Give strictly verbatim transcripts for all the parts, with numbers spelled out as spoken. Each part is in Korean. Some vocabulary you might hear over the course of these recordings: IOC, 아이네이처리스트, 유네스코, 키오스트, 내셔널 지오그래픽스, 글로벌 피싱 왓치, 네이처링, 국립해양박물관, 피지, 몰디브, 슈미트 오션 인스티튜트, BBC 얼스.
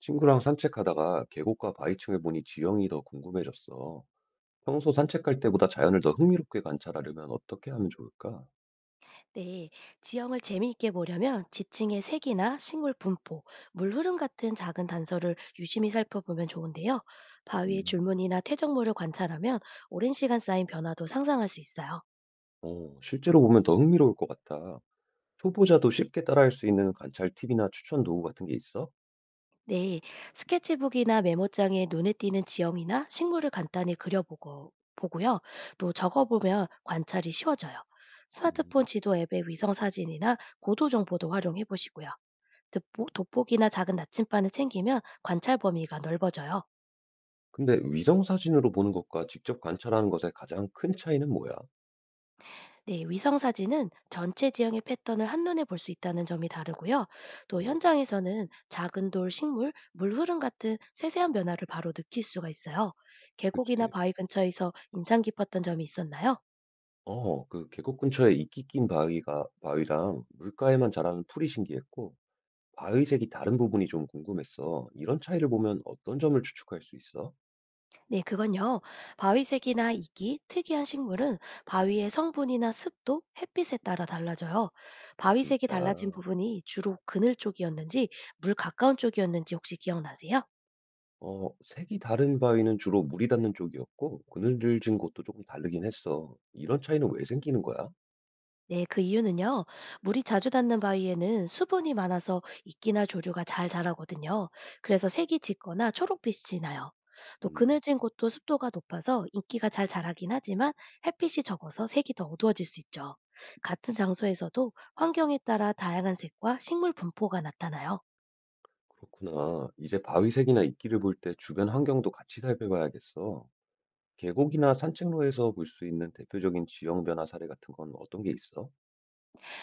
친구랑 산책하다가 계곡과 바위층을 보니 지형이 더 궁금해졌어. 평소 산책할 때보다 자연을 더 흥미롭게 관찰하려면 어떻게 하면 좋을까? 네, 지형을 재미있게 보려면 지층의 색이나 식물 분포, 물 흐름 같은 작은 단서를 유심히 살펴보면 좋은데요. 바위의 음, 줄무늬나 퇴적물을 관찰하면 오랜 시간 쌓인 변화도 상상할 수 있어요. 어, 실제로 보면 더 흥미로울 것 같아. 초보자도 쉽게 따라할 수 있는 관찰 팁이나 추천 도구 같은 게 있어? 네, 스케치북이나 메모장에 눈에 띄는 지형이나 식물을 간단히 그려보고 보고요. 또 적어보면 관찰이 쉬워져요. 음, 스마트폰 지도 앱의 위성 사진이나 고도 정보도 활용해 보시고요. 돋보- 돋보기나 작은 나침반을 챙기면 관찰 범위가 넓어져요. 근데 위성 사진으로 보는 것과 직접 관찰하는 것의 가장 큰 차이는 뭐야? 네, 위성 사진은 전체 지형의 패턴을 한눈에 볼 수 있다는 점이 다르고요. 또 어, 현장에서는 작은 돌, 식물, 물 흐름 같은 세세한 변화를 바로 느낄 수가 있어요. 계곡이나 그치. 바위 근처에서 인상 깊었던 점이 있었나요? 어, 그 계곡 근처에 이끼 낀 바위가, 바위랑 물가에만 자라는 풀이 신기했고, 바의색이 다른 부분이 좀 궁금했어. 이런 차이를 보면 어떤 점을 추측할 수 있어? 네, 그건요. 바위색이나 이기, 특이한 식물은 바위의 성분이나 습도, 햇빛에 따라 달라져요. 아, 바위색이 진짜. 달라진 부분이 주로 그늘 쪽이었는지, 물 가까운 쪽이었는지 혹시 기억나세요? 어, 색이 다른 바위는 주로 물이 닿는 쪽이었고, 그늘진 곳도 조금 다르긴 했어. 이런 차이는 왜 생기는 거야? 네, 그 이유는요. 물이 자주 닿는 바위에는 수분이 많아서 이끼나 조류가 잘 자라거든요. 그래서 색이 짙거나 초록빛이 나요. 또 음, 그늘진 곳도 습도가 높아서 인기가 잘 자라긴 하지만 햇빛이 적어서 색이 더 어두워질 수 있죠. 같은 장소에서도 환경에 따라 다양한 색과 식물 분포가 나타나요. 그렇구나. 이제 바위색이나 이끼를 볼 때 주변 환경도 같이 살펴봐야겠어. 계곡이나 산책로에서 볼 수 있는 대표적인 지형 변화 사례 같은 건 어떤 게 있어?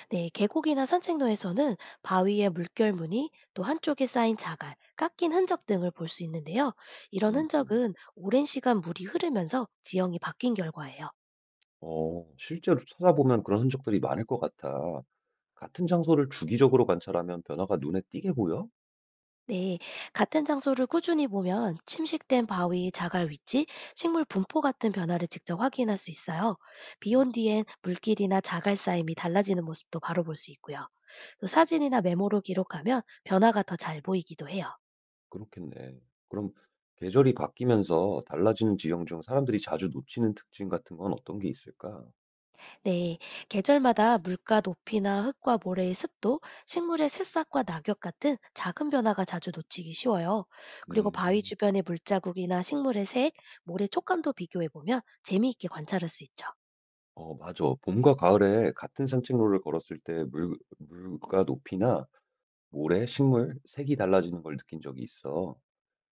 네, 계곡이나 산책로에서는 바위의 물결무늬, 또 한쪽에 쌓인 자갈, 깎인 흔적 등을 볼 수 있는데요. 이런 음, 음. 흔적은 오랜 시간 물이 흐르면서 지형이 바뀐 결과예요. 어, 실제로 찾아보면 그런 흔적들이 많을 것 같아. 같은 장소를 주기적으로 관찰하면 변화가 눈에 띄게 보여? 네, 같은 장소를 꾸준히 보면 침식된 바위, 자갈 위치, 식물 분포 같은 변화를 직접 확인할 수 있어요. 음, 비온 뒤엔 물길이나 자갈 쌓임이 달라지는 모습도 바로 볼 수 있고요. 또 사진이나 메모로 기록하면 변화가 더 잘 보이기도 해요. 그렇겠네. 그럼 계절이 바뀌면서 달라지는 지형 중 사람들이 자주 놓치는 특징 같은 건 어떤 게 있을까? 네, 계절마다 물가 높이나 흙과 모래의 습도, 식물의 새싹과 낙엽 같은 작은 변화가 자주 놓치기 쉬워요. 그리고 바위 음, 주변의 물자국이나 식물의 색, 모래 촉감도 비교해 보면 재미있게 관찰할 수 있죠. 어, 맞아. 봄과 가을에 같은 산책로를 걸었을 때 물, 물가 높이나 모래, 식물, 색이 달라지는 걸 느낀 적이 있어.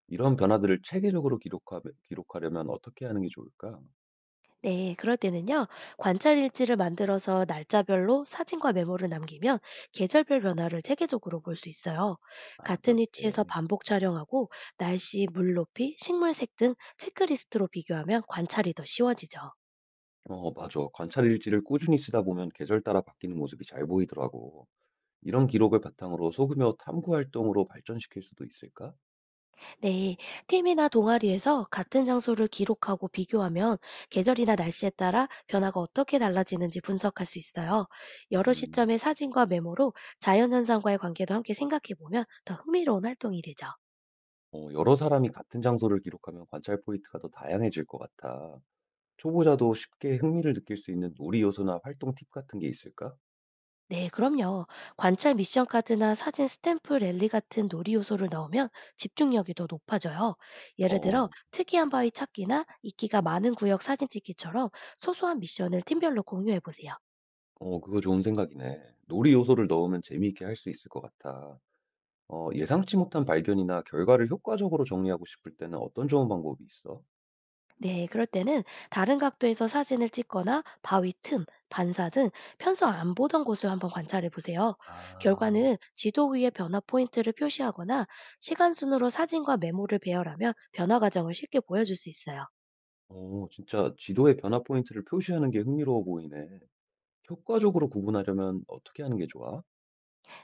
이런 변화들을 체계적으로 기록하, 기록하려면 어떻게 하는 게 좋을까? 네, 그럴 때는요, 관찰 일지를 만들어서 날짜별로 사진과 메모를 남기면 계절별 변화를 체계적으로 볼 수 있어요. 아, 같은 위치에서 그렇게. 반복 촬영하고 날씨, 물 높이, 식물 색 등 체크리스트로 비교하면 관찰이 더 쉬워지죠. 어, 맞아. 관찰 일지를 꾸준히 쓰다 보면 계절 따라 바뀌는 모습이 잘 보이더라고. 이런 기록을 바탕으로 소규모 탐구 활동으로 발전시킬 수도 있을까? 네, 팀이나 동아리에서 같은 장소를 기록하고 비교하면 계절이나 날씨에 따라 변화가 어떻게 달라지는지 분석할 수 있어요. 여러 음, 시점의 사진과 메모로 자연현상과의 관계도 함께 생각해 보면 더 흥미로운 활동이 되죠. 어, 여러 사람이 같은 장소를 기록하면 관찰 포인트가 더 다양해질 것 같아. 초보자도 쉽게 흥미를 느낄 수 있는 놀이 요소나 활동 팁 같은 게 있을까? 네, 그럼요. 관찰 미션 카드나 사진 스탬프 랠리 같은 놀이 요소를 넣으면 집중력이 더 높아져요. 예를 들어, 어, 특이한 바위 찾기나 이끼가 많은 구역 사진 찍기처럼 소소한 미션을 팀별로 공유해 보세요. 어, 그거 좋은 생각이네. 놀이 요소를 넣으면 재미있게 할 수 있을 것 같아. 어, 예상치 못한 발견이나 결과를 효과적으로 정리하고 싶을 때는 어떤 좋은 방법이 있어? 네, 그럴 때는 다른 각도에서 사진을 찍거나 바위 틈, 반사 등 평소 안 보던 곳을 한번 관찰해 보세요. 아, 결과는 지도 위에 변화 포인트를 표시하거나 시간 순으로 사진과 메모를 배열하면 변화 과정을 쉽게 보여줄 수 있어요. 어, 진짜 지도의 변화 포인트를 표시하는 게 흥미로워 보이네. 효과적으로 구분하려면 어떻게 하는 게 좋아?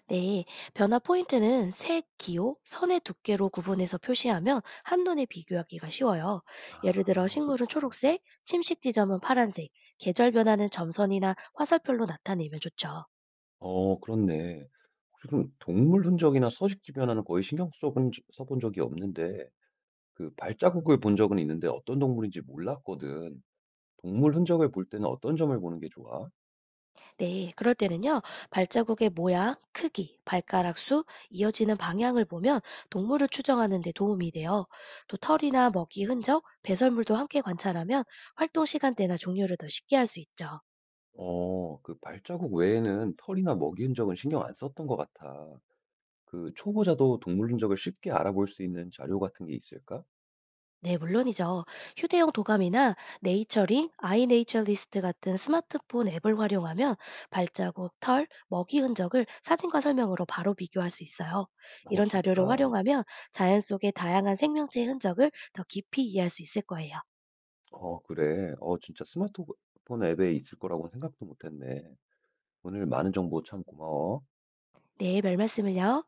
네, 변화 포인트는 색, 기호, 선의 두께로 구분해서 표시하면 한눈에 비교하기가 쉬워요. 아 예를 들어 그렇게. 식물은 초록색, 침식 지점은 파란색, 계절 변화는 점선이나 화살표로 나타내면 좋죠. 어 그렇네. 혹시 그럼 동물 흔적이나 서식지 변화는 거의 신경 써본 적 써본 적이 없는데 그 발자국을 본 적은 있는데 어떤 동물인지 몰랐거든. 동물 흔적을 볼 때는 어떤 점을 보는 게 좋아? 네, 그럴 때는요, 발자국의 모양, 크기, 발가락 수, 이어지는 방향을 보면 동물을 추정하는 데 도움이 돼요. 또 털이나 먹이 흔적, 배설물도 함께 관찰하면 활동 시간대나 종류를 더 쉽게 알 수 있죠. 어 그 발자국 외에는 털이나 먹이 흔적은 신경 안 썼던 것 같아. 그 초보자도 동물 흔적을 쉽게 알아볼 수 있는 자료 같은 게 있을까? 네, 물론이죠. 휴대용 도감이나 네이처링, 아이네이처리스트 같은 스마트폰 앱을 활용하면 발자국, 털, 먹이 흔적을 사진과 설명으로 바로 비교할 수 있어요. 어 이런 진짜. 자료를 활용하면 자연 속의 다양한 생명체의 흔적을 더 깊이 이해할 수 있을 거예요. 어 그래. 어 진짜 스마트폰 앱에 있을 거라고는 생각도 못 했네. 오늘 많은 정보 참 고마워. 네, 별 말씀을요.